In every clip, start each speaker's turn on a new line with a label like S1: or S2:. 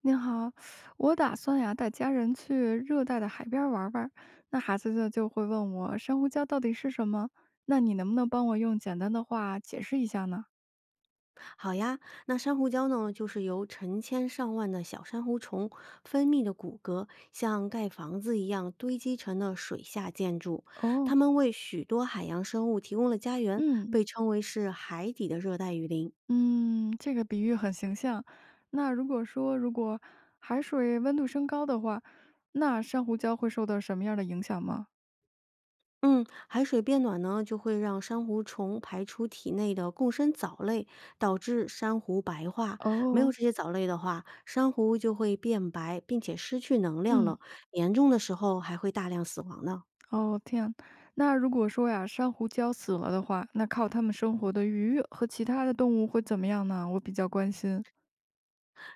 S1: 您好，我打算呀带家人去热带的海边儿玩儿玩儿那孩子就会问我珊瑚礁到底是什么？那你能不能帮我用简单的话解释一下呢？
S2: 好呀，那珊瑚礁呢，就是由成千上万的小珊瑚虫分泌的骨骼，像盖房子一样堆积成的水下建筑。
S1: 哦，
S2: 它们为许多海洋生物提供了家园，
S1: 嗯
S2: 被称为是海底的热带雨林。
S1: 嗯，这个比喻很形象。那如果海水温度升高的话，那珊瑚礁会受到什么样的影响吗？
S2: 嗯，海水变暖呢，就会让珊瑚虫排出体内的共生藻类，导致珊瑚白化。没有
S1: 哦，
S2: 这些藻类的话，珊瑚就会变白，并且失去能量
S1: 嗯。
S2: 了，严重的时候还会大量死亡呢。
S1: 哦，天。那如果说呀，珊瑚礁死了的话，那靠它们生活的鱼和其他的动物会怎么样呢？我比较关心。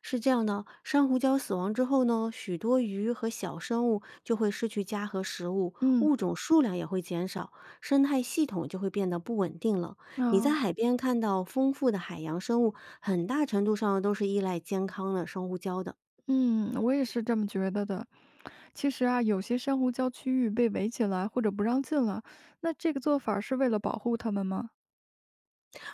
S2: 是这样的，珊瑚礁死亡之后呢，许多鱼和小生物就会失去家和食物，
S1: 嗯，
S2: 物种数量也会减少，生态系统就会变得不稳定了。你在
S1: 啊，
S2: 海边看到丰富的海洋生物，很大程度上都是依赖健康的珊瑚礁的。
S1: 嗯，我也是这么觉得的。其实啊，有些珊瑚礁区域被围起来或者不让进了，那这个做法儿是为了保护它们吗？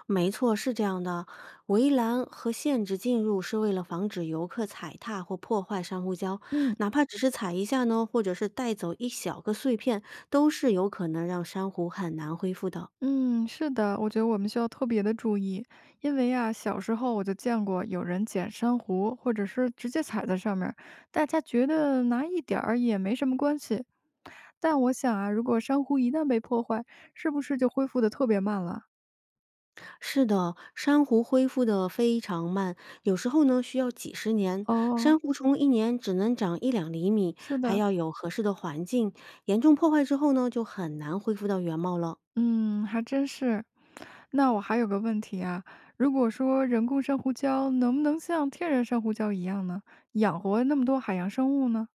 S2: 没错，是这样的。围栏和限制进入是为了防止游客踩踏或破坏珊瑚礁，
S1: 嗯。
S2: 哪怕只是踩一下呢，或者是带走一小个碎片，都是有可能让珊瑚很难恢复的。
S1: 嗯，是的，我觉得我们需要特别的注意，因为啊，小时候我就见过有人捡珊瑚，或者是直接踩在上面儿大家觉得拿一点儿也没什么关系。但我想啊，如果珊瑚一旦被破坏，是不是就恢复的特别慢了？
S2: 是的，珊瑚恢复的非常慢，有时候呢需要几十年。
S1: 哦，
S2: 珊瑚虫1年只能长1~2厘米，
S1: 是
S2: 还
S1: 的，
S2: 要有合适的环境。严重破坏之后呢，就很难恢复到原貌了。
S1: 嗯，还真是。那我还有个问题啊，如果说人工珊瑚礁能不能像天然珊瑚礁一样呢，养活那么多海洋生物呢？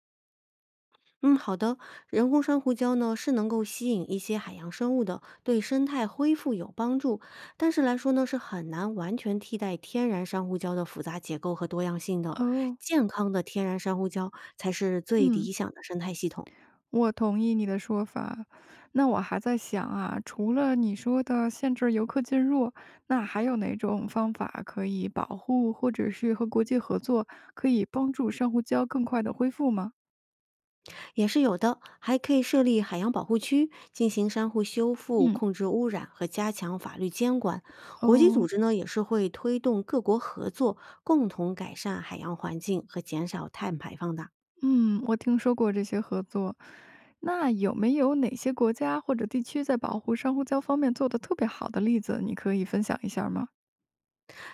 S2: 嗯，好的。人工珊瑚礁呢是能够吸引一些海洋生物的，对生态恢复有帮助，但是来说呢是很难完全替代天然珊瑚礁的复杂结构和多样性的。
S1: 哦，
S2: 健康的天然珊瑚礁才是最
S1: 嗯。
S2: 理想的生态系统。
S1: 我同意你的说法，那我还在想啊，除了你说的限制游客进入，那还有哪种方法可以保护或者是和国际合作，可以帮助珊瑚礁更快的恢复吗？
S2: 也是有的，还可以设立海洋保护区，进行珊瑚修复、
S1: 嗯，
S2: 控制污染和加强法律监管。国际组
S1: 哦，
S2: 织呢也是会推动各国合作，共同改善海洋环境和减少碳排放的。
S1: 嗯，我听说过这些合作。那有没有哪些国家或者地区在保护珊瑚礁方面做的特别好的例子，你可以分享一下吗？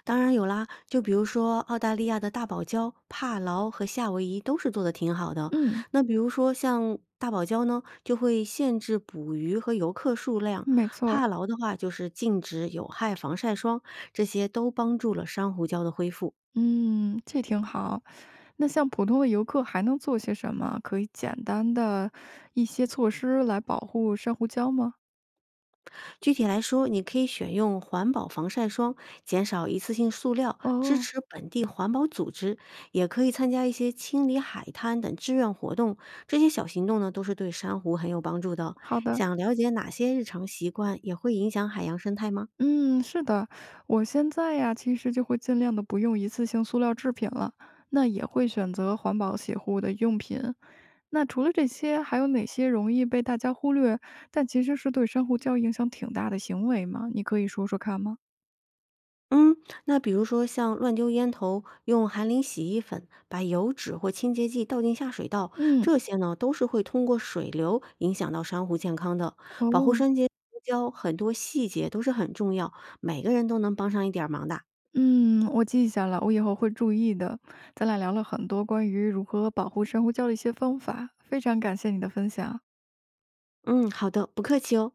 S2: 当然有啦，就比如说澳大利亚的大堡礁、帕劳和夏威夷都是做的挺好的。
S1: 嗯，
S2: 那比如说像。大堡礁呢，就会限制捕鱼和游客数量；
S1: 没错
S2: 帕劳的话，就是禁止有害防晒霜，这些都帮助了珊瑚礁的恢复。
S1: 嗯，这挺好。那像普通的游客还能做些什么可以简单的一些措施来保护珊瑚礁吗？
S2: 具体来说，你可以选用环保防晒霜，减少一次性塑料，支
S1: 哦，
S2: 持本地环保组织，也可以参加一些清理海滩等志愿活动。这些小行动呢，都是对珊瑚很有帮助的。
S1: 好的。
S2: 想了解哪些日常习惯也会影响海洋生态吗？
S1: 嗯，是的，我现在呀，其实就会尽量的不用一次性塑料制品了，那也会选择环保洗护的用品。那除了这些，还有哪些容易被大家忽略，但其实是对珊瑚礁影响挺大的行为吗？你可以说说看吗？
S2: 嗯，那比如说像乱丢烟头，用含磷洗衣粉把油脂或清洁剂倒进下水道，
S1: 嗯，
S2: 这些呢都是会通过水流影响到珊瑚健康的。保护
S1: 哦。
S2: 珊节礁很多细节都是很重要，每个人都能帮上一点儿忙的。
S1: 嗯，我记下了，我以后会注意的。咱俩聊了很多关于如何保护珊瑚礁的一些方法，非常感谢你的分享。
S2: 嗯，好的，不客气哦。